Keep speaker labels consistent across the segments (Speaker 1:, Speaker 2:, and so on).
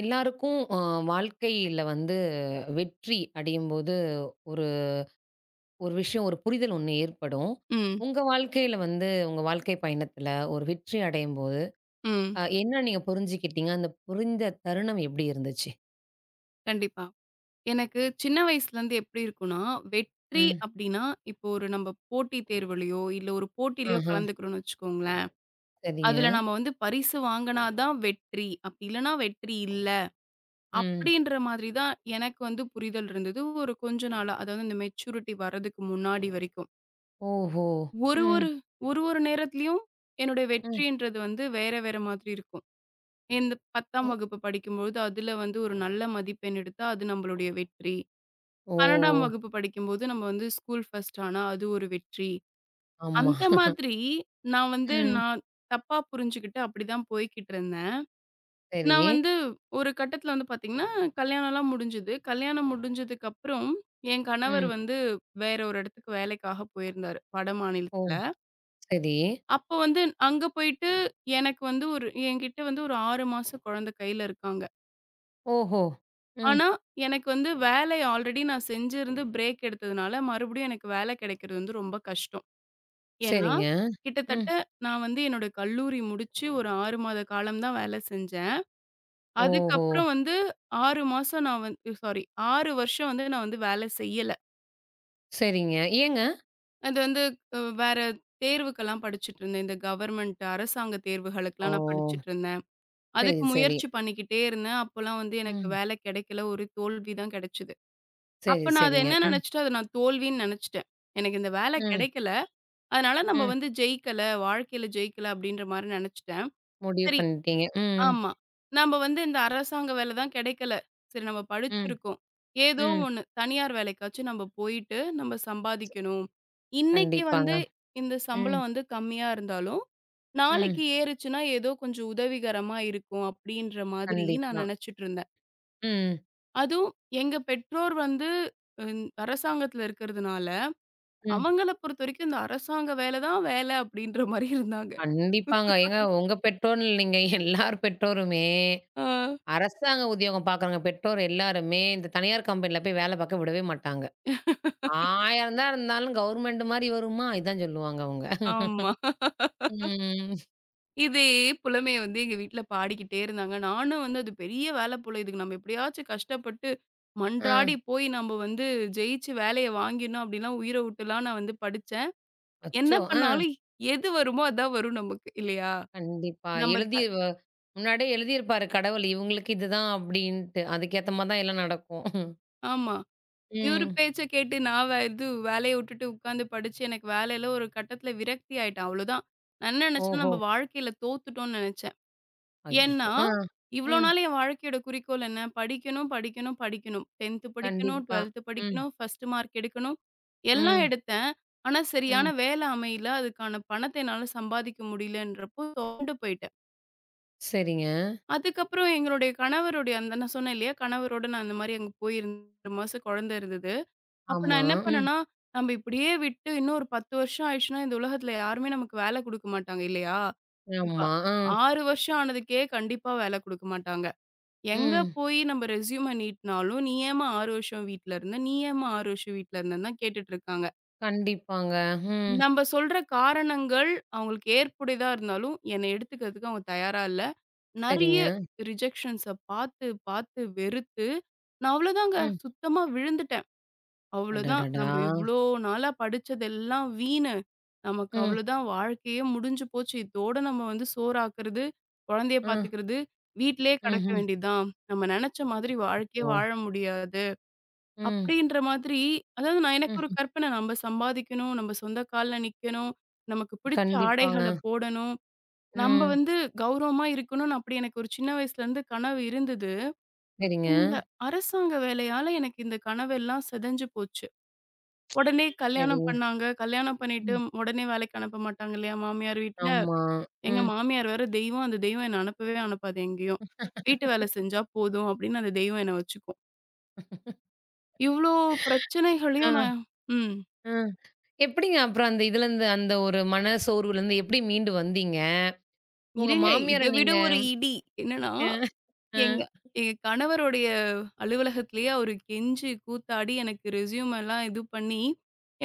Speaker 1: எல்லாருக்கும் வாழ்க்கையில வந்து வெற்றி அடையும்போது ஒரு ஒரு விஷயம், ஒரு புரிதல் ஒண்ணு ஏற்படும்.
Speaker 2: ம்,
Speaker 1: உங்க வாழ்க்கையில வந்து உங்க வாழ்க்கை பயணத்துல ஒரு வெற்றி அடையும்போது,
Speaker 2: ம்.
Speaker 1: என்ன நீங்க புரிஞ்சுக்கிட்டீங்க? அந்த புரிந்த தருணம் எப்படி இருந்துச்சு?
Speaker 2: கண்டிப்பா. எனக்கு சின்ன வயசுலேருந்து எப்டி இருக்கும்னா, வெற்றி
Speaker 1: ம்.
Speaker 2: அப்டின்னா, இப்போ ஒரு நம்ம போட்டித் தேர்வுலயோ, இல்ல ஒரு போட்டியிலயோ
Speaker 1: ஆஹா.
Speaker 2: கலந்துக்கிறோம்னு வச்சுக்கோங்களேன்.
Speaker 1: சரிங்க.
Speaker 2: அதுல நம்ம வந்து பரிசு வாங்குனா தான் வெற்றி. அப்டி இல்லன்னா வெற்றி இல்ல.
Speaker 1: ம்.
Speaker 2: அப்டின்ற மாதிரி தான் எனக்கு வந்து புரிதல் இருந்தது. ஒரு கொஞ்ச நாளா. அதாவது இந்த மெச்சூரிட்டி வர்றதுக்கு முன்னாடி வரைக்கும்.
Speaker 1: ஓஹோ!
Speaker 2: ஒரு
Speaker 1: ம்.
Speaker 2: ஒரு ஒரு ஒரு நேரத்துலயும் என்னுடைய
Speaker 1: ம்.
Speaker 2: வெற்றின்றது வந்து வேற வேற மாதிரி இருக்கும். இந்த 10ஆம்
Speaker 1: ஒ
Speaker 2: வகுப்பு படிக்கும்பொழுது, அதுல வந்து ஒரு நல்ல மதிப்பெண் எடுத்தா அது நம்மளுடைய வெற்றி.
Speaker 1: ஓ!
Speaker 2: 12ஆம் வகுப்பு படிக்கும்போது நம்ம வந்து ஸ்கூல் ஃபர்ஸ்ட் ஆனா அது ஒரு வெற்றி.
Speaker 1: ஆமா.
Speaker 2: அந்த மாதிரி நான் வந்து
Speaker 1: ம்.
Speaker 2: நான் தப்பா புரிஞ்சுகிட்டு அப்படிதான் போய்க்கிட்டு இருந்தேன்.
Speaker 1: சரி.
Speaker 2: நான் வந்து ஒரு கட்டத்தில வந்து பார்த்தீங்கன்னா, கல்யாணம்லாம் முடிஞ்சது. கல்யாணம் முடிஞ்சதுக்கப்புறம் என் கணவர்
Speaker 1: ம்.
Speaker 2: வந்து வேற ஒரு இடத்துக்கு வேலைக்காக போயிருந்தாரு, வட
Speaker 1: ஓ!
Speaker 2: மாநிலத்தில.
Speaker 1: சரி.
Speaker 2: அப்போ வந்து அங்க போயிட்டு எனக்கு வந்து ஒரு என்கிட்ட வந்து ஒரு 6 மாச குழந்தை கையில இருக்காங்க.
Speaker 1: ஓஹோ! ம்.
Speaker 2: ஆனா எனக்கு வந்து வேலை ஆல்ரெடி நான் செஞ்சிருந்து பிரேக் எடுத்ததுனால மறுபடியும் எனக்கு வேலை கிடைக்கிறது வந்து ரொம்ப கஷ்டம். ஏன்னா,
Speaker 1: சரிங்க. ம்.
Speaker 2: கிட்டத்தட்ட நான் வந்து என்னோட கல்லூரி முடிச்சு ஒரு 6 மாத காலம் தான் வேலை செஞ்சேன்.
Speaker 1: ஓஹோ!
Speaker 2: அதுக்கப்புறம் வந்து 6 மாசம் நான் வந்து சாரி 6 வருஷம் வந்து நான் வந்து வேலை செய்யல.
Speaker 1: சரிங்க. ஏங்க?
Speaker 2: அது வந்து வேற தேர்வுக்கெல்லாம் படிச்சுட்டுருந்தேன். இந்த கவர்மெண்ட் அரசாங்க
Speaker 1: ஓ!
Speaker 2: தேர்வுகளுக்கெல்லாம் நான் படிச்சுட்டுருந்தேன்.
Speaker 1: சரி,
Speaker 2: அதுக்கு
Speaker 1: சரி.
Speaker 2: முயற்சி பண்ணிக்கிட்டே இருந்தேன். அப்போலாம் வந்து எனக்கு
Speaker 1: ம்.
Speaker 2: வேலை கிடைக்கல. ஒரு தோல்வி தான் கிடைச்சது.
Speaker 1: சரி,
Speaker 2: அப்ப நான் அத
Speaker 1: சரிங்க.
Speaker 2: என்ன
Speaker 1: ம்.
Speaker 2: நினைச்சுட்டேன், அத நான் தோல்வின்னு நினைச்சுட்டேன். எனக்கு இந்த வேலை
Speaker 1: ம்,
Speaker 2: கிடைக்கல. அதனால நம்ம
Speaker 1: ம்.
Speaker 2: வந்து ஜெயிக்கல, வாழ்க்கையில ஜெயிக்கல அப்படின்ற மாரி நினைச்சுட்டேன்.
Speaker 1: முடிவு
Speaker 2: சரி.
Speaker 1: பண்ணிட்டீங்க. ம்,
Speaker 2: ஆமா. நம்ப வந்து இந்த அரசாங்க வேலை தான் கிடைக்கல. சரி நம்ம
Speaker 1: ம்,
Speaker 2: படிச்சிருக்கோம். ஏதோ
Speaker 1: ம்.
Speaker 2: ஒண்ணு தனியார் வேலைக்காச்சும் நம்ம போயிட்டு நம்ம சம்பாதிக்கணும். இன்னைக்கு
Speaker 1: கண்டிப்பாங்க.
Speaker 2: வந்து இந்த
Speaker 1: ம்,
Speaker 2: சம்பளம் வந்து கம்மியா இருந்தாலும்,
Speaker 1: ம்.
Speaker 2: நாளைக்கு ஏறுச்சுன்னா ஏதோ கொஞ்சம் உதவிகரமா இருக்கும் அப்படின்ற மாதிரி நான்
Speaker 1: கண்டிப்பா.
Speaker 2: நினைச்சுட்டு இருந்தேன்.
Speaker 1: ம்,
Speaker 2: அதுவும் எங்க பெற்றோர் வந்து ம் அரசாங்கத்துல இருக்கிறதுனால,
Speaker 1: ம்.
Speaker 2: அவங்கள பொறுத்தவரைக்கும் இந்த அரசாங்க வேலை தான் வேலை அப்படின்ற மாரி இருந்தாங்க.
Speaker 1: கண்டிப்பாங்க. ஏங்க உங்க பெற்றோர் இல்லைங்க. எல்லார் பெற்றோருமே
Speaker 2: ஆ.
Speaker 1: அரசாங்க உத்தியோகம் பார்க்குறவங்க பெற்றோர் எல்லாருமே இந்த தனியார் கம்பெனில போய் வேலை பார்க்க விடவே மாட்டாங்க. 1000 தான் இருந்தாலும் கவர்மெண்ட் மாரி வருமா? இதான் சொல்லுவாங்க அவங்க.
Speaker 2: ஆமா.
Speaker 1: ம்.
Speaker 2: இதே புலமைய வந்து எங்க வீட்ல பாடிக்கிட்டே இருந்தாங்க. நானும் வந்து அது பெரிய வேல போல. இதுக்கு நம்ம எப்படியாச்சும் கஷ்டப்பட்டு,
Speaker 1: ஆ.
Speaker 2: மன்றாடி போய் நம்ம வந்து ஜெயிச்சு வேலைய வாங்கிடணும் அப்படிலாம் உயிர விட்டுலாம் நான் வந்து படிச்சேன். என்ன
Speaker 1: அச்சோ! ஆ.
Speaker 2: பண்ணாலும் எது வருமோ அதான் வரும் நமக்கு இல்லையா?
Speaker 1: கண்டிப்பா.
Speaker 2: நம்ம த
Speaker 1: எழுதி வ முன்னாடியே எழுதியிருப்பாரு கடவுள். இவங்களுக்கு இதுதான் அப்படின்ட்டு. அதுக்கேத்த மாரி தான் எல்லாம் நடக்கும்.
Speaker 2: ஆமா. இவரு
Speaker 1: ம்.
Speaker 2: பேச்ச கேட்டு நான் வே இது வேலைய விட்டுட்டு உட்காந்து படிச்சு எனக்கு வேலையில ஒரு கட்டத்தில விரக்தி ஆயிட்டேன் அவ்வளோதான். நான் என்ன நெனச்சேன்னா
Speaker 1: ஓஹோ!
Speaker 2: நம்ம வாழ்க்கையில தோத்துட்டோம்னு நெனச்சேன். ஏன்னா,
Speaker 1: அய்யய்யோ! ஆ.
Speaker 2: இவ்வளோ
Speaker 1: ம்.
Speaker 2: நாள் என் வாழ்க்கையோட குறிக்கோள் என்ன? படிக்கணும், படிக்கணும், படிக்கணும். 10த் படிக்கணும்,
Speaker 1: கண்டிப்பா.
Speaker 2: 12த்
Speaker 1: ம்.
Speaker 2: படிக்கணும், ஃபர்ஸ்ட் மார்க் எடுக்கணும். எல்லாம்
Speaker 1: ம்.
Speaker 2: எடுத்தேன். ஆனா, சரியான
Speaker 1: ம்.
Speaker 2: வேலை அமையல. அதுக்கான பணத்த என்னால சம்பாதிக்க முடியலன்றப்போ துவண்டு போயிட்டேன்.
Speaker 1: சரிங்க.
Speaker 2: அதுக்கப்புறம் எங்களுடைய கணவருடைய அந்த நான் சொன்னேன் இல்லையா? கணவரோட நான் அந்த மாரி அங்க போயிருந்தேன். 2 மாசம் குழந்தை இருந்தது. அப்ப
Speaker 1: ஆமா.
Speaker 2: நான் என்ன
Speaker 1: ம்.
Speaker 2: பண்ணேன்னா, நம்ம இப்படியே விட்டு இன்னும் ஒரு 10 வருஷம் ஆயிடுச்சுன்னா, இந்த உலகத்துல யாருமே நமக்கு வேலை குடுக்க மாட்டாங்க இல்லையா? இப்ப
Speaker 1: ஆமா. ஆ.
Speaker 2: 6 வருஷம் ஆனதுக்கே கண்டிப்பா வேலை குடுக்க மாட்டாங்க. எங்க
Speaker 1: ம்.
Speaker 2: போய் நம்ம ரெஸ்யூம நீட்னாலும், "நீ ஏம்மா 6 வருஷம் வீட்ல இருந்த? நீ ஏம்மா 6 வருஷம் வீட்ல இருந்தன்னு?" தான் கேட்டுட்டு இருக்காங்க.
Speaker 1: கண்டிப்பாங்க. ம்.
Speaker 2: நம்ம சொல்ற காரணங்கள் அவங்களுக்கு ஏற்புடையதா இருந்தாலும், என்னை எடுத்துக்கிறதுக்கு அவங்க தயாரா இல்ல. நெறைய
Speaker 1: சரிங்க.
Speaker 2: ரிஜெக்ஷன்ஸ பார்த்து, பார்த்து வெறுத்து, நான் அவ்வளோதாங்க
Speaker 1: ம்.
Speaker 2: சுத்தமா விழுந்துட்டேன். அவ்வளோதான்.
Speaker 1: அடடடா!
Speaker 2: நம்ப இவ்ளோ நாளா படிச்சதெல்லாம் வீணு. நமக்கு
Speaker 1: ம்.
Speaker 2: அவ்வளோதான் வாழ்க்கையே முடிஞ்சு போச்சு. இதோட நம்ம வந்து சோறாக்குறது, குழந்தைய
Speaker 1: ஆ.
Speaker 2: பார்த்துக்கிறது, வீட்லயே கடக்க
Speaker 1: ம்ஹ்ம்.
Speaker 2: வேண்டியதுதான். நம்ம நெனச்ச மாதிரி வாழ்க்கைய
Speaker 1: அச்சச்சோ!
Speaker 2: வாழ முடியாது.
Speaker 1: ம்.
Speaker 2: அப்டின்ற மாதிரி அதாவது நான் எனக்கு ஒரு
Speaker 1: ம்ஹ்ம்.
Speaker 2: கற்பனை. நம்ப சம்பாதிக்கணும், நம்ப சொந்த கால்ல நிக்கணும், நமக்கு பிடிச்ச
Speaker 1: கண்டிப்பாங்க.
Speaker 2: ஆடைகள போடணும், நம்ப
Speaker 1: ம்.
Speaker 2: வந்து கௌரவமா இருக்கணும்னு அப்படி எனக்கு ஒரு சின்ன வயசுலேருந்து கனவு இருந்தது.
Speaker 1: சரிங்க.
Speaker 2: இந்த அரசாங்க வேலையால எனக்கு இந்த கனவெல்லாம் செதஞ்சு போச்சு. உடனே கல்யாணம்
Speaker 1: சரிங்க.
Speaker 2: பண்ணாங்க. கல்யாணம் பண்ணிட்டு
Speaker 1: ம்.
Speaker 2: உடனே வேலைக்கு அனுப்ப மாட்டாங்க இல்லையா? மாமியார் வீட்ல.
Speaker 1: ஆமா.
Speaker 2: எங்க
Speaker 1: ம்.
Speaker 2: மாமியார் வேற தெய்வம். அந்த தெய்வம் என்ன அனுப்பவே அனுப்பாது எங்கேயும். வீட்டு வேலை செஞ்சா போதும் அப்படின்னு அந்த தெய்வம் என்ன வச்சுக்கும். இவ்ளோ பிரச்சனைகளையும்
Speaker 1: ஆ.
Speaker 2: நான் ம்.
Speaker 1: ஆ. எப்படிங்க அப்புறம் அந்த இதுலருந்து, அந்த ஒரு மன சோர்வுலருந்து எப்படி மீண்டு வந்தீங்க? உங்க
Speaker 2: இருங்க. இத
Speaker 1: மாமியார
Speaker 2: விட
Speaker 1: நீங்க
Speaker 2: ஒரு இடி. என்னன்னா,
Speaker 1: அ, அ,
Speaker 2: எங்க எங்க கணவருடைய அலுவலகத்திலேயே அவரு கெஞ்சி கூத்தாடி எனக்கு ரெஸ்யூம் எல்லாம் இது பண்ணி,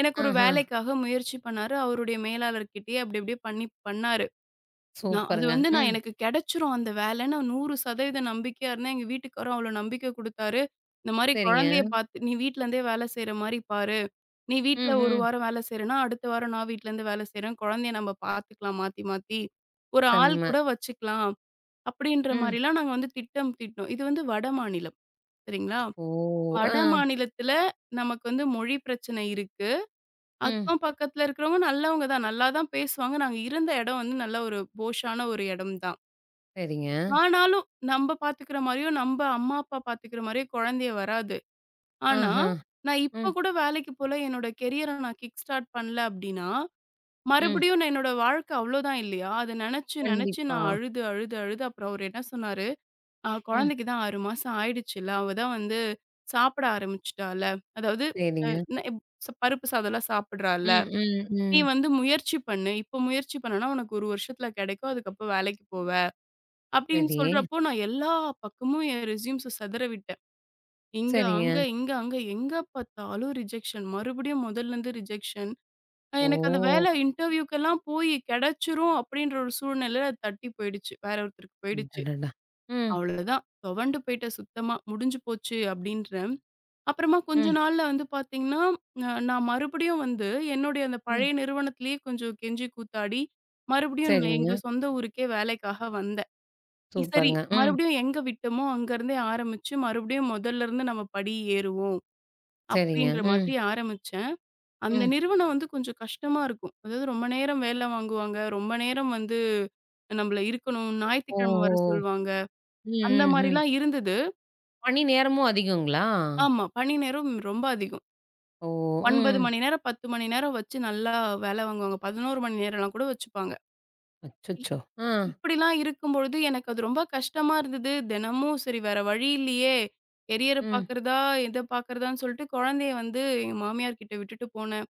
Speaker 2: எனக்கு ஒரு
Speaker 1: ஆஹா.
Speaker 2: வேலைக்காக முயற்சி பண்ணாரு. அவருடைய மேலாளர்கிட்டயே அப்படி இப்படியே பண்ணி பண்ணாரு. நான் அது
Speaker 1: சூப்பருங்க.
Speaker 2: வந்து நான்
Speaker 1: ம்.
Speaker 2: எனக்கு கிடைச்சுரும் அந்த வேலைன்னு 100% நம்பிக்கையா இருந்தேன். எங்க வீட்டுக்காரும் அவ்ளோ நம்பிக்கை குடுத்தாரு. இந்த மாரி
Speaker 1: சரிங்க.
Speaker 2: குழந்தைய பார்த்து "நீ வீட்லருந்தே வேலை செய்ற மாரி பாரு. நீ வீட்ல ஒரு
Speaker 1: ம்ஹ்ம்.
Speaker 2: வாரம் வேலை செய்றேன்னா, அடுத்த வாரம் நான் வீட்லருந்து வேலை செய்றேன். குழந்தைய நம்ம பார்த்துக்கலாம் மாத்தி மாத்தி. ஒரு ஆள்
Speaker 1: செம்ம.
Speaker 2: கூட வச்சுக்கலாம்." அப்படின்ற
Speaker 1: ம்.
Speaker 2: மாரிலாம் நாங்க வந்து திட்டம் தீட்டினோம். இது வந்து வடமாநிலம். சரிங்களா?
Speaker 1: ஓ! ஆ.
Speaker 2: வட மாநிலத்தில நமக்கு வந்து மொழி பிரச்சனை இருக்கு.
Speaker 1: ம்.
Speaker 2: அக்கம் பக்கத்துல இருக்கிறவங்க நல்லவங்க தான். நல்லா தான் பேசுவாங்க. நாங்க இருந்த இடம் வந்து நல்ல ஒரு போஷான ஒரு இடம் தான்.
Speaker 1: சரிங்க.
Speaker 2: ஆனாலும், நம்ப பாத்துக்கிற மாரியும், நம்ப அம்மா, அப்பா பாத்துக்கிற மாரியும் குழந்தைய வராது. ஆனா,
Speaker 1: ஆஹா.
Speaker 2: நான்
Speaker 1: ம்,
Speaker 2: இப்ப கூட வேலைக்கு போல என்னோட கெரியர நான் கிக் ஸ்டார்ட் பண்ணல அப்டின்னா,
Speaker 1: ம்.
Speaker 2: மறுபடியும் நான் என்னோட வாழ்க்கை அவ்ளோதான் இல்லையா? அத நெனச்சு, நெனச்சு
Speaker 1: கண்டிப்பா.
Speaker 2: நான் அழுது, அழுது, அழுது அப்புறம் அவரு என்ன சொன்னாரு,
Speaker 1: ம்.
Speaker 2: குழந்தைக்கு தான் 6 மாசம் ஆயிடுச்சுல்ல. அவ தான் வந்து சாப்பிட ஆரம்பிச்சுட்டால. அதாவது அ
Speaker 1: சரிங்க.
Speaker 2: ந இப் ச பருப்பு சாதம்லாம் சாப்பிடுறால்ல.
Speaker 1: ம், ம்,
Speaker 2: நீ
Speaker 1: ம்.
Speaker 2: வந்து முயற்சி பண்ணு. இப்ப முயற்சி பண்ணனா, உனக்கு 1 வருஷத்துல கெடைக்கும். அதுக்கப்புறம் வேலைக்கு போவ." அப்படின்னு
Speaker 1: சரி.
Speaker 2: சொல்றப்போ, நான் எல்லா பக்கமும் என் ரெஸ்யூம்ஸ சிதற விட்டேன். இங்க,
Speaker 1: சரிங்க.
Speaker 2: அங்க, இங்க, அங்க எங்க பார்த்தாலும் ரிஜெக்ஷன். மறுபடியும் முதல்லருந்து ரிஜெக்ஷன். எனக்கு அந்த
Speaker 1: ஓ!
Speaker 2: வேலை இன்டர்வியூக்கெல்லாம் போய் கிடைச்சிரும் அப்படின்ற ஒரு சூழ்நிலையில அது தட்டி போயிடுச்சு. வேற ஒருத்தருக்கு போயிடுச்சு.
Speaker 1: அடடடா! ம்,
Speaker 2: அவ்வளோதான். துவண்டு போயிட்டேன் சுத்தமா. முடிஞ்சு போச்சு அப்படின்றேன். அப்புறமா கொஞ்ச
Speaker 1: ம்,
Speaker 2: நாள்ல வந்து பார்த்தீங்கன்னா, நான் மறுபடியும் வந்து என்னுடைய அந்த
Speaker 1: ம்.
Speaker 2: பழைய நிறுவனத்திலேயே கொஞ்சம் கெஞ்சி கூத்தாடி, மறுபடியும் நான்
Speaker 1: சரிங்க.
Speaker 2: எங்க சொந்த ஊருக்கே வேலைக்காக வந்தேன். சரி.
Speaker 1: சூப்பருங்க. ம்.
Speaker 2: மறுபடியும் எங்க விட்டோமோ, அங்கருந்தே ஆரம்பிச்சு, மறுபடியும் முதல்லருந்து நம்ம படி ஏறுவோம்.
Speaker 1: சரிங்க.
Speaker 2: அப்படின்ற
Speaker 1: ம்,
Speaker 2: மாதிரி ஆரம்பிச்சேன். அந்த
Speaker 1: ம்.
Speaker 2: நிறுவனம் வந்து கொஞ்சம் கஷ்டமா இருக்கும். அதாவது ரொம்ப நேரம் வேலை வாங்குவாங்க. ரொம்ப நேரம் வந்து நம்மள இருக்கணும். ஞாயித்துக்கிழமை
Speaker 1: ஓஹோ!
Speaker 2: வர சொல்வாங்க.
Speaker 1: ம்,
Speaker 2: அந்த
Speaker 1: ம், ம்.
Speaker 2: மாரிலாம் இருந்தது.
Speaker 1: பணி நேரமும் அதிகங்களா?
Speaker 2: ஆமா. பணி நேரம் ரொம்ப அதிகம்.
Speaker 1: ஓ!
Speaker 2: 9
Speaker 1: ம்.
Speaker 2: மணி நேரம், 10 மணி நேரம் வச்சு நல்லா வேலை வாங்குவாங்க. 11 மணி நேரம்லாம் கூட வச்சுப்பாங்க.
Speaker 1: அச்சச்சோ! ஆ,
Speaker 2: இப்படிலாம் இருக்கும்பொழுது எனக்கு அது ரொம்ப கஷ்டமா இருந்தது. தினமும் சரி வேற வழி இல்லையே! கெரியர
Speaker 1: ம்.
Speaker 2: பார்க்குறதா, இத பார்க்குறதான்னு சொல்லிட்டு குழந்தைய வந்து எங்க மாமியார் கிட்ட விட்டுட்டு போனேன்.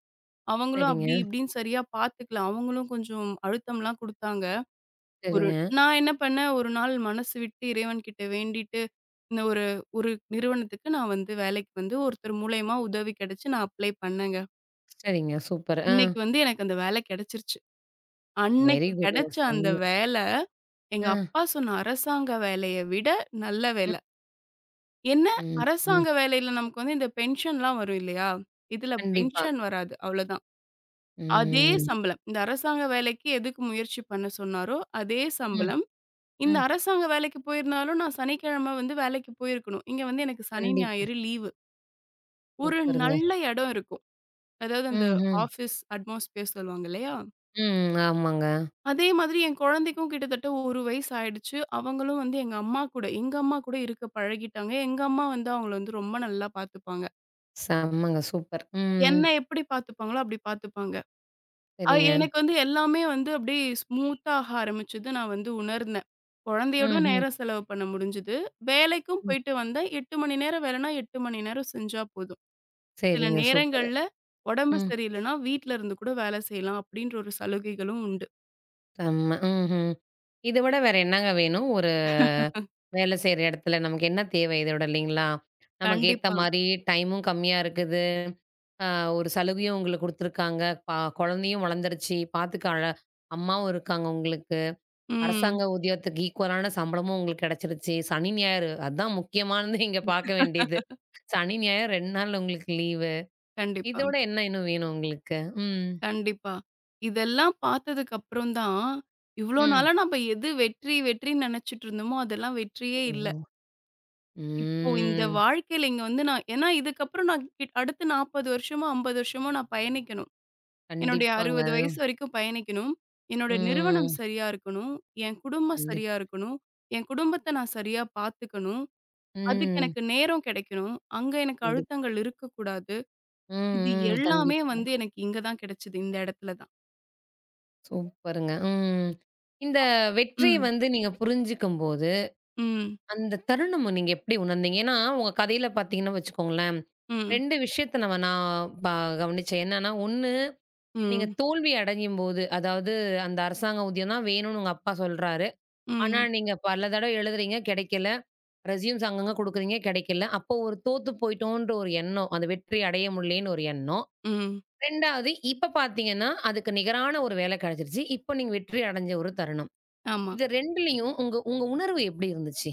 Speaker 2: அவங்களும்
Speaker 1: சரிங்க,
Speaker 2: அப்படி இப்படின்னு சரியா பார்த்துக்கல. அவங்களும் கொஞ்சம் அழுத்தம்லாம் குடுத்தாங்க. ஒரு
Speaker 1: சரிங்க,
Speaker 2: நான் என்ன பண்ணேன், ஒரு நாள் மனசு விட்டு இறைவன்கிட்ட வேண்டிட்டு, இந்த ஒரு ஒரு நிறுவனத்துக்கு நான் வந்து வேலைக்கு வந்து ஒருத்தர் மூலியமா உதவி கிடைச்சு நான் அப்ளை பண்ணேங்க.
Speaker 1: சரிங்க. சூப்பர். ஆ.
Speaker 2: இன்னைக்கு வந்து எனக்கு அந்த வேலை கிடைச்சிருச்சு.
Speaker 1: வெரி
Speaker 2: அன்னைக்கு
Speaker 1: குட்ங்க.
Speaker 2: கிடைச்ச அந்த
Speaker 1: செம்ம.
Speaker 2: வேல எங்க
Speaker 1: ஆ,
Speaker 2: அப்பா சொன்ன அரசாங்க வேலைய விட நல்ல
Speaker 1: ம்,
Speaker 2: வேலை. என்ன
Speaker 1: ம், ம்.
Speaker 2: அரசாங்க வேலையில நமக்கு வந்து இந்த பென்ஷன்லாம் வரும் இல்லையா? இதுல
Speaker 1: கண்டிப்பா.
Speaker 2: பென்ஷன் வராது அவ்வளோதான். அதே
Speaker 1: ம்,
Speaker 2: சம்பளம். இந்த அரசாங்க வேலைக்கு எதுக்கு முயற்சி பண்ண சொன்னாரோ, அதே
Speaker 1: ம்,
Speaker 2: சம்பளம். இந்த
Speaker 1: ம்.
Speaker 2: அரசாங்க வேலைக்கு போயிருந்தாலும் நான் சனிக்கிழமை வந்து வேலைக்கு போயிருக்கணும். இங்க வந்து எனக்கு சனி,
Speaker 1: கண்டிப்பா.
Speaker 2: ஞாயிறு லீவு. ஒரு
Speaker 1: சூப்பருங்க.
Speaker 2: நல்ல இடம் இருக்கும். அதாவது அந்த
Speaker 1: ம், ம்,
Speaker 2: ஆஃபீஸ் அட்மாஸ்பியர் சொல்லுவாங்க இல்லையா?
Speaker 1: ம். ஆமாங்க.
Speaker 2: அதே மாதிரி என் குழந்தைக்கும் கிட்டத்தட்ட 1 வயசு ஆயிடுச்சு. அவங்களும் வந்து எங்க அம்மா கூட எங்க அம்மா கூட இருக்க பழகிட்டாங்க. எங்க அம்மா வந்து அவங்கள வந்து ரொம்ப நல்லா பார்த்துப்பாங்க.
Speaker 1: செம்மங்க. சூப்பர். ம்.
Speaker 2: என்ன எப்படி பார்த்துப்பாங்களோ அப்படி பார்த்துப்பாங்க.
Speaker 1: சரிங்க.
Speaker 2: எனக்கு வந்து எல்லாமே வந்து அப்படியே ஸ்மூத்தா ஆக ஆரம்பிச்சது நான் வந்து உணர்ந்தேன். குழந்தையோட
Speaker 1: ம், ம்,
Speaker 2: நேரம் செலவு பண்ண முடிஞ்சது. வேலைக்கும்
Speaker 1: ம்.
Speaker 2: போயிட்டு வந்தேன். 8 மணி நேரம் வேலைனா 8 மணி நேரம் செஞ்சா போதும். சில
Speaker 1: சரிங்க. சூப்பரு.
Speaker 2: நேரங்கள்ல உடம்பு
Speaker 1: ம்.
Speaker 2: சரியில்லைன்னா வீட்ல இருந்து கூட வேலை செய்யலாம் அப்படின்ற ஒரு சலுகைகளும் உண்டு.
Speaker 1: செம்ம. ம்ஹ்ம். இத விட வேற என்னங்க வேணும்? ஒரு வேலை செய்ற இடத்துல நமக்கு என்ன தேவை இத விட இல்லைங்களா? நமக்கு ஏத்த
Speaker 2: கண்டிப்பா.
Speaker 1: மாரி டைமும் கம்மியா இருக்குது. அ ஒரு சலுகையும் உங்களுக்கு குடுத்துருக்காங்க. பா குழந்தையும் வளர்ந்துருச்சு. பாத்துக்க அழ அம்மாவும் இருக்காங்க உங்களுக்கு.
Speaker 2: ம்.
Speaker 1: அரசாங்க ஊதியத்துக்கு ஈக்குவலான சம்பளமும் உங்களுக்கு கிடைச்சிருச்சு. சனி, ஞாயிறு அதான் முக்கியமானது இங்க பாக்க வேண்டியது. சனி, ஞாயிறு 2 நாள் உங்களுக்கு லீவு. இத
Speaker 2: கண்டிப்பா.
Speaker 1: விட என்ன இன்னும் வேணும் உங்களுக்கு? ம்.
Speaker 2: கண்டிப்பா. இதெல்லாம் பார்த்ததுக்கு அப்புறம் தான், இவ்ளோ
Speaker 1: ம்.
Speaker 2: நாளா நம்ம எது வெற்றி வெற்றின்னு நெனச்சுட்டு இருந்தோமோ, அதெல்லாம் வெற்றியே இல்ல.
Speaker 1: ஓ!
Speaker 2: இப்போ இந்த
Speaker 1: ம்.
Speaker 2: வாழ்க்கையில இங்க வந்து நான் ஏன்னா இதுக்கப்புறம் நான் அடுத்து 40 வருஷமோ, 50 வருஷமோ நான் பயணிக்கணும். என்னுடைய
Speaker 1: கண்டிப்பாங்க.
Speaker 2: 60 வயசு வரைக்கும் பயணிக்கணும். என்னோட நிறுவனம்
Speaker 1: ம்.
Speaker 2: சரியா இருக்கணும். என் குடும்பம்
Speaker 1: கண்டிப்
Speaker 2: சரியா இருக்கணும். என் குடும்பத்த நான் சரியா பார்த்துக்கணும். அதுக்கு
Speaker 1: ம்.
Speaker 2: எனக்கு நேரம் கெடைக்கணும். அங்க எனக்கு
Speaker 1: கண்டிப்
Speaker 2: அழுத்தங்கள் இருக்கக்கூடாது. இது
Speaker 1: ம், ம்.
Speaker 2: எல்லாமே
Speaker 1: கண்டிப்பா.
Speaker 2: வந்து எனக்கு இங்க தான் கெடைச்சது. இந்த இடத்துல தான்.
Speaker 1: சூப்பருங்க. ம். இந்த வெற்றிய
Speaker 2: ம்.
Speaker 1: வந்து நீங்க புரிஞ்சுக்கும்போது,
Speaker 2: ம்.
Speaker 1: அந்த தருணம் நீங்க எப்படி உணர்ந்தீங்க? ஏன்னா, உங்க கதையில பார்த்தீங்கன்னா வச்சுக்கோங்களேன்,
Speaker 2: ம்.
Speaker 1: 2 விஷயத்த நான் கவனிச்சேன். என்னன்னா, 1 நீங்க
Speaker 2: ம்.
Speaker 1: தோல்வி அடையும்போது, அதாவது அந்த அரசாங்க ஊதியம் தான் வேணும்னு உங்க அப்பா சொல்றாரு. ஆனா,
Speaker 2: ம்.
Speaker 1: நீங்க பல தடவ எழுதுறீங்க கிடைக்கல. ரெஸ்யூம்ஸ் அங்கங்க குடுக்குறீங்க கிடைக்கல. அப்போ ஒரு தோத்து போயிட்டோன்ற ஒரு எண்ணம். அந்த வெற்றி அடைய முடியலேன்னு ஒரு எண்ணம்.
Speaker 2: ம்.
Speaker 1: 2வது இப்ப பார்த்தீங்கன்னா, அதுக்கு நிகரான ஒரு வேலை கிடைச்சிருச்சு. இப்ப நீங்க வெற்றி அடைஞ்ச ஒரு தருணம்.
Speaker 2: ஆமா.
Speaker 1: இது 2லயும் உங்க உங்க உணர்வு எப்படி இருந்துச்சு?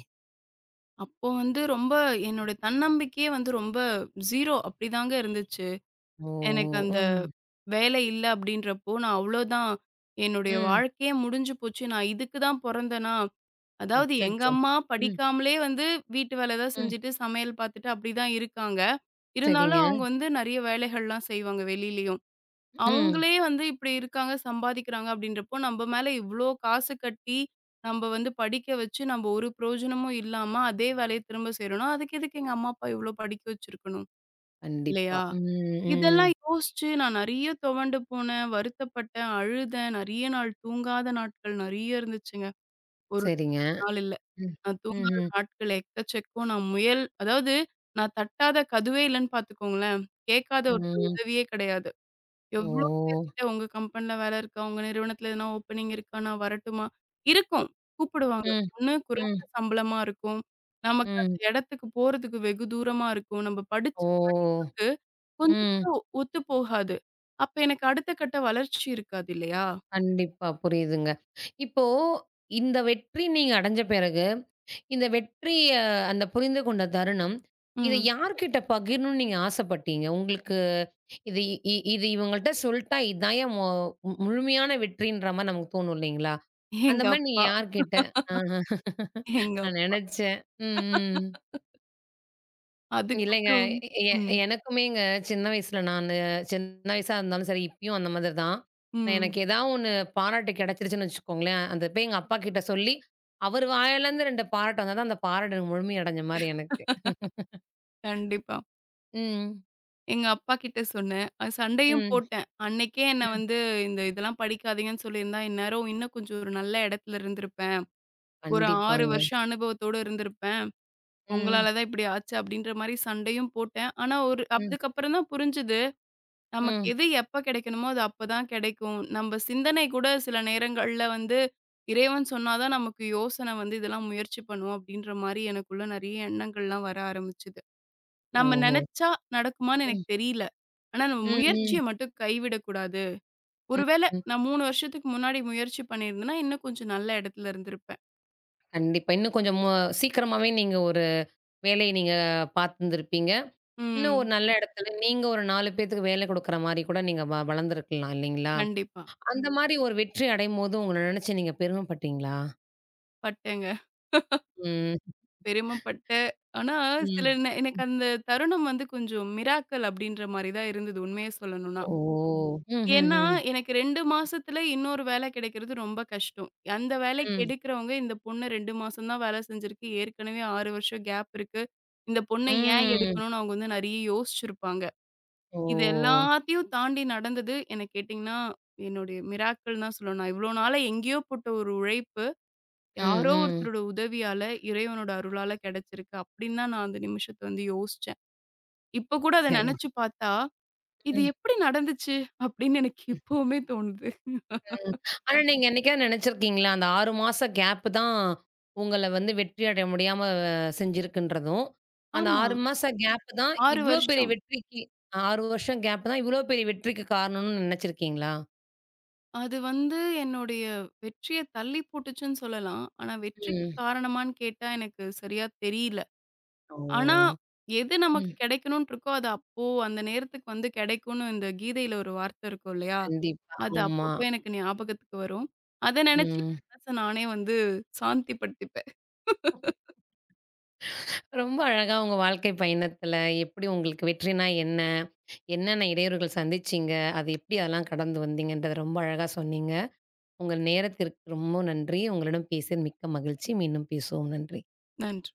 Speaker 2: அப்போ வந்து ரொம்ப என்னோட தன்னம்பிக்கையே வந்து ரொம்ப 0 அப்படிதாங்க இருந்துச்சு.
Speaker 1: ஓ!
Speaker 2: எனக்கு அந்த
Speaker 1: ம்,
Speaker 2: வேலை இல்ல அப்படின்றப்போ, நான் அவ்வளோதான் என்னுடைய
Speaker 1: ம்.
Speaker 2: வாழ்க்கையே முடிஞ்சு போச்சு. நான் இதுக்கு தான் பொறந்தேனா? அதாவது எங்க
Speaker 1: அச்சச்சோ!
Speaker 2: அம்மா
Speaker 1: ம்,
Speaker 2: படிக்காமலே வந்து வீட்டு வேலை தான்
Speaker 1: ம்.
Speaker 2: செஞ்சுட்டு, சமையல் பார்த்துட்டு அப்படிதான் இருக்காங்க.
Speaker 1: சரிங்க.
Speaker 2: இருந்தாலும் அவங்க வந்து நெறைய வேலைகள்லாம் செய்வாங்க வெளிலயும்.
Speaker 1: ம்.
Speaker 2: அவங்களே வந்து இப்படி இருக்காங்க, சம்பாதிக்கிறாங்க அப்படின்றப்போ, நம்ப மேல இவ்ளோ காசு கட்டி, நம்ப வந்து படிக்க வச்சு, நம்ப ஒரு பிரயோஜனமும் இல்லாம, அதே வேலைய திரும்ப செய்றோம்னா, அதுக்கு எதுக்கு எங்க அம்மா, அப்பா இவ்ளோ படிக்க வச்சிருக்கணும்?
Speaker 1: கண்டிப்பா.
Speaker 2: இல்லையா?
Speaker 1: ம், ம்.
Speaker 2: இதெல்லாம் யோசிச்சு நான் நெறைய துவண்டு போனேன், வருத்தப்பட்டேன், அழுதேன். நெறைய நாள் தூங்காத நாட்கள் நெறைய இருந்துச்சுங்க. ஒரு
Speaker 1: சரிங்க.
Speaker 2: நாள் இல்ல.
Speaker 1: ம்,
Speaker 2: நான் தூங்காத
Speaker 1: ம்ஹ்ம்.
Speaker 2: நாட்கள் எக்கச்சக்கம். நான் முயல் அதாவது நான் தட்டாத கதுவே இல்லன்னு பார்த்துக்கோங்களேன். கேட்காத ஒருத்தர்
Speaker 1: ம்.
Speaker 2: உதவியே கிடையாது. எவ்ளோ
Speaker 1: ஓ!
Speaker 2: பேர்கிட்ட உங்க கம்பெனில வேலை இருக்கா? உங்க நிறுவனத்துல எதுனா ஓப்பனிங் இருக்கா? நான் வரட்டுமா? இருக்கும். கூப்பிடுவாங்க.
Speaker 1: ம்,
Speaker 2: ஒண்ணு
Speaker 1: ம்,
Speaker 2: குறைந்த சம்பளமா இருக்கும். நமக்கு
Speaker 1: ம்.
Speaker 2: அந்த இடத்துக்கு போறதுக்கு வெகு தூரமா இருக்கும். நம்ம படிச்ச
Speaker 1: ஓ!
Speaker 2: படிப்புக்கு கொஞ்சம்
Speaker 1: ம்.
Speaker 2: கூட ஒத்து போகாது. அப்ப எனக்கு அடுத்த கட்ட வளர்ச்சி இருக்காது இல்லையா?
Speaker 1: கண்டிப்பா. புரியுதுங்க. இப்போ இந்த வெற்றி நீங்க அடைஞ்ச பிறகு இந்த வெற்றிய அந்த புரிந்து கொண்ட தருணம், இத
Speaker 2: ம்.
Speaker 1: யார்கிட்ட பகிரணும்னு நீங்க ஆசைப்பட்டீங்க? உங்களுக்கு இது இவங்கள்ட்ட சொல்ட்டா இதான்யா மு- முழுமையான வெற்றின்ற மாரி நமக்கு தோணும் இல்லைங்களா? அந்த
Speaker 2: எங்க
Speaker 1: மாரி நீங்க
Speaker 2: அப்பா,
Speaker 1: யார்கிட்ட? ஆஹ
Speaker 2: எங்க
Speaker 1: நான்
Speaker 2: அப்
Speaker 1: நெனச்சேன். ம், ம். இல்லைங்க.
Speaker 2: அதுக்கப்புறம்
Speaker 1: எ எ-
Speaker 2: ம்,
Speaker 1: எனக்குமேங்க சின்ன வயசுல சின்ன வயசா இருந்தாலும் சரி, இப்பயும் அந்த மாதிரி தான். நான்
Speaker 2: ம்.
Speaker 1: எனக்கு ஏதாவது ஒண்ணு பாராட்டு கிடைச்சிருச்சுன்னு வச்சுக்கோங்களேன், அத போய் எங்க அப்பா கிட்ட சொல்லி, அவரு வாயிலேருந்து 2 பாராட்டு வந்தா தான் அந்த பாராட்டு எனக்கு முழுமை அடைஞ்ச மாரி எனக்கு.
Speaker 2: கண்டிப்பா.
Speaker 1: ம்.
Speaker 2: எங்க அப்பா கிட்ட சொன்னேன். அது சண்டையும்
Speaker 1: ம்.
Speaker 2: போட்டேன். அன்னைக்கே என்ன
Speaker 1: ம்.
Speaker 2: வந்து இந்த இதெல்லாம் படிக்காதீங்கன்னு சொல்லியிருந்தா, இந்நேரம் இன்னும் கொஞ்சம் ஒரு நல்ல இடத்துல இருந்திருப்பேன். ஒரு 6
Speaker 1: கண்டிப்பாங்க.
Speaker 2: வருஷம் அனுபவத்தோட இருந்திருப்பேன். உங்களால
Speaker 1: ம்.
Speaker 2: தான் இப்படி ஆச்சு அப்படின்ற மாரி சண்டையும் போட்டேன். ஆனா ஒரு
Speaker 1: ம்.
Speaker 2: அதுக்கப்புறம் தான் புரிஞ்சுது. நமக்கு
Speaker 1: ம்.
Speaker 2: எது எப்ப கிடைக்கணுமோ, அது அப்பதான் கிடைக்கும். நம்ம சிந்தனை கூட சில நேரங்கள்ல வந்து இறைவன் சொன்னா தான் நமக்கு யோசனை வந்து இதெல்லாம் முயற்சி பண்ணும் அப்படின்ற மாரி எனக்குள்ள நெறைய எண்ணங்கள்லாம் வர ஆரம்பிச்சுது. நம்ம
Speaker 1: ஓஹோ!
Speaker 2: நெனச்சா நடக்குமான்னு
Speaker 1: ம்.
Speaker 2: எனக்கு தெரியல. ஆனா நம்ம
Speaker 1: ம். ம்.
Speaker 2: முயற்சிய மட்டும் கைவிடக்கூடாது.
Speaker 1: ம்.
Speaker 2: ஒருவேள
Speaker 1: ம்.
Speaker 2: நான் 3 வருஷத்துக்கு முன்னாடி முயற்சி பண்ணியிருந்தேன்னா, இன்னும் கொஞ்சம் நல்ல இடத்துல இருந்திருப்பேன்.
Speaker 1: கண்டிப்பா. இன்னும் கொஞ்சம் மு சீக்கிரமாவே நீங்க ஒரு வேலைய நீங்க பார்த்திருந்திருப்பீங்க. இன்னும் ஒரு
Speaker 2: ம்.
Speaker 1: நல்ல இடத்துல, நீங்க ஒரு 4 பேத்துக்கு வேலை குடுக்குற மாரி கூட நீங்க வளர்ந்திருக்கலாம் இல்லைங்களா?
Speaker 2: கண்டிப்பா.
Speaker 1: அந்த மாரி ஒரு வெற்றி அடையும்போது உங்கள நினைச்சு நீங்க பெருமைப்பட்டீங்களா?
Speaker 2: பட்டேங்க.
Speaker 1: ம்,
Speaker 2: பெருமப்பட்டு. ஆனா சில
Speaker 1: ம்.
Speaker 2: நே எனக்கு அந்த தருணம் வந்து கொஞ்சம் மிராக்கிள் அப்படின்ற மாரி தான் இருந்தது உண்மைய சொல்லணும்னா.
Speaker 1: ஓ!
Speaker 2: ஏன்னா,
Speaker 1: ம்ஹ்ஹ்ம்.
Speaker 2: எனக்கு 2 மாசத்துல இன்னொரு வேல கிடைக்கிறது ரொம்ப கஷ்டம். அந்த வேலைக்கு
Speaker 1: ம்,
Speaker 2: எடுக்கிறவங்க, இந்த பொண்ணு 2 மாசம் தான் வேல செஞ்சிருக்கு. ஏற்கனவே 6 வருஷம் கேப் இருக்கு. இந்த பொண்ண ஏன்
Speaker 1: ம்.
Speaker 2: எடுக்கணும்னு அவங்க வந்து நெறைய யோசிச்சிருப்பாங்க.
Speaker 1: ஓ!
Speaker 2: இது எல்லாத்தையும் தாண்டி நடந்தது என்ன கேட்டீங்கன்னா, என்னுடைய மிராக்கிள் தான் சொல்லணும். நான் இவ்ளோ நாளா எங்கேயோ போட்ட ஒரு உழைப்பு,
Speaker 1: ம்,
Speaker 2: யாரோ
Speaker 1: ம்.
Speaker 2: ஒருத்தரோட உதவியால, இறைவனோட அருளால கிடைச்சிருக்கு அப்படின்னு தான் நான் அந்த நிமிஷத்த வந்து யோசிச்சேன். இப்ப கூட அத
Speaker 1: சரி.
Speaker 2: நெனச்சு பார்த்தா, இது
Speaker 1: ம்.
Speaker 2: எப்படி நடந்துச்சு? அப்படின்னு எனக்கு இப்பவுமே தோணுது.
Speaker 1: ம். ஆனா நீங்க என்னைக்காவது நெனச்சிருக்கீங்களா? அந்த 6 மாச கேப் தான் உங்கள வந்து வெற்றி அடைய முடியாம செஞ்சிருக்குன்றதும், அந்த
Speaker 2: ஆமா.
Speaker 1: 6 மாச கேப் தான்
Speaker 2: 6
Speaker 1: இவ்ளோ பெரிய
Speaker 2: வருஷம்.
Speaker 1: வெற்றிக்கு 6 வருஷம் கேப் தான் இவ்ளோ பெரிய வெற்றிக்கு காரணம்னு நெனச்சிருக்கீங்களா?
Speaker 2: அது வந்து என்னுடைய வெற்றிய தள்ளி போட்டுச்சுன்னு சொல்லலாம். ஆனா வெற்றிக்கு
Speaker 1: ம்.
Speaker 2: காரணமான்னு கேட்டா எனக்கு சரியா தெரியல. ஆனா
Speaker 1: ஓ!
Speaker 2: எது நமக்கு
Speaker 1: ம்.
Speaker 2: கிடைக்கணும்னு இருக்கோ, அது அப்போ அந்த நேரத்துக்கு வந்து கிடைக்கும்னு இந்த கீதையில ஒரு வார்த்தை இருக்கும் இல்லையா?
Speaker 1: கண்டிப்பா.
Speaker 2: அது
Speaker 1: ஆமா.
Speaker 2: அப்பப்போ எனக்கு ஞாபகத்துக்கு வரும். அத நினைச்சு
Speaker 1: ம்.
Speaker 2: மனச நானே வந்து சாந்தி படுத்திப்பேன்.
Speaker 1: ரொம்ப அழகா உங்க வாழ்க்கை பயணத்துல எப்படி உங்களுக்கு வெற்றினா என்ன? என்னென்ன இடையூறுகள் சந்திச்சீங்க? அது எப்படி அதெல்லாம் கடந்து வந்தீங்கன்றத ரொம்ப அழகா சொன்னீங்க. உங்கள் நேரத்திற்கு ரொம்ப நன்றி. உங்களிடம் பேசியது மிக்க மகிழ்ச்சி. மீண்டும் பேசுவோம். நன்றி.
Speaker 2: நன்றி.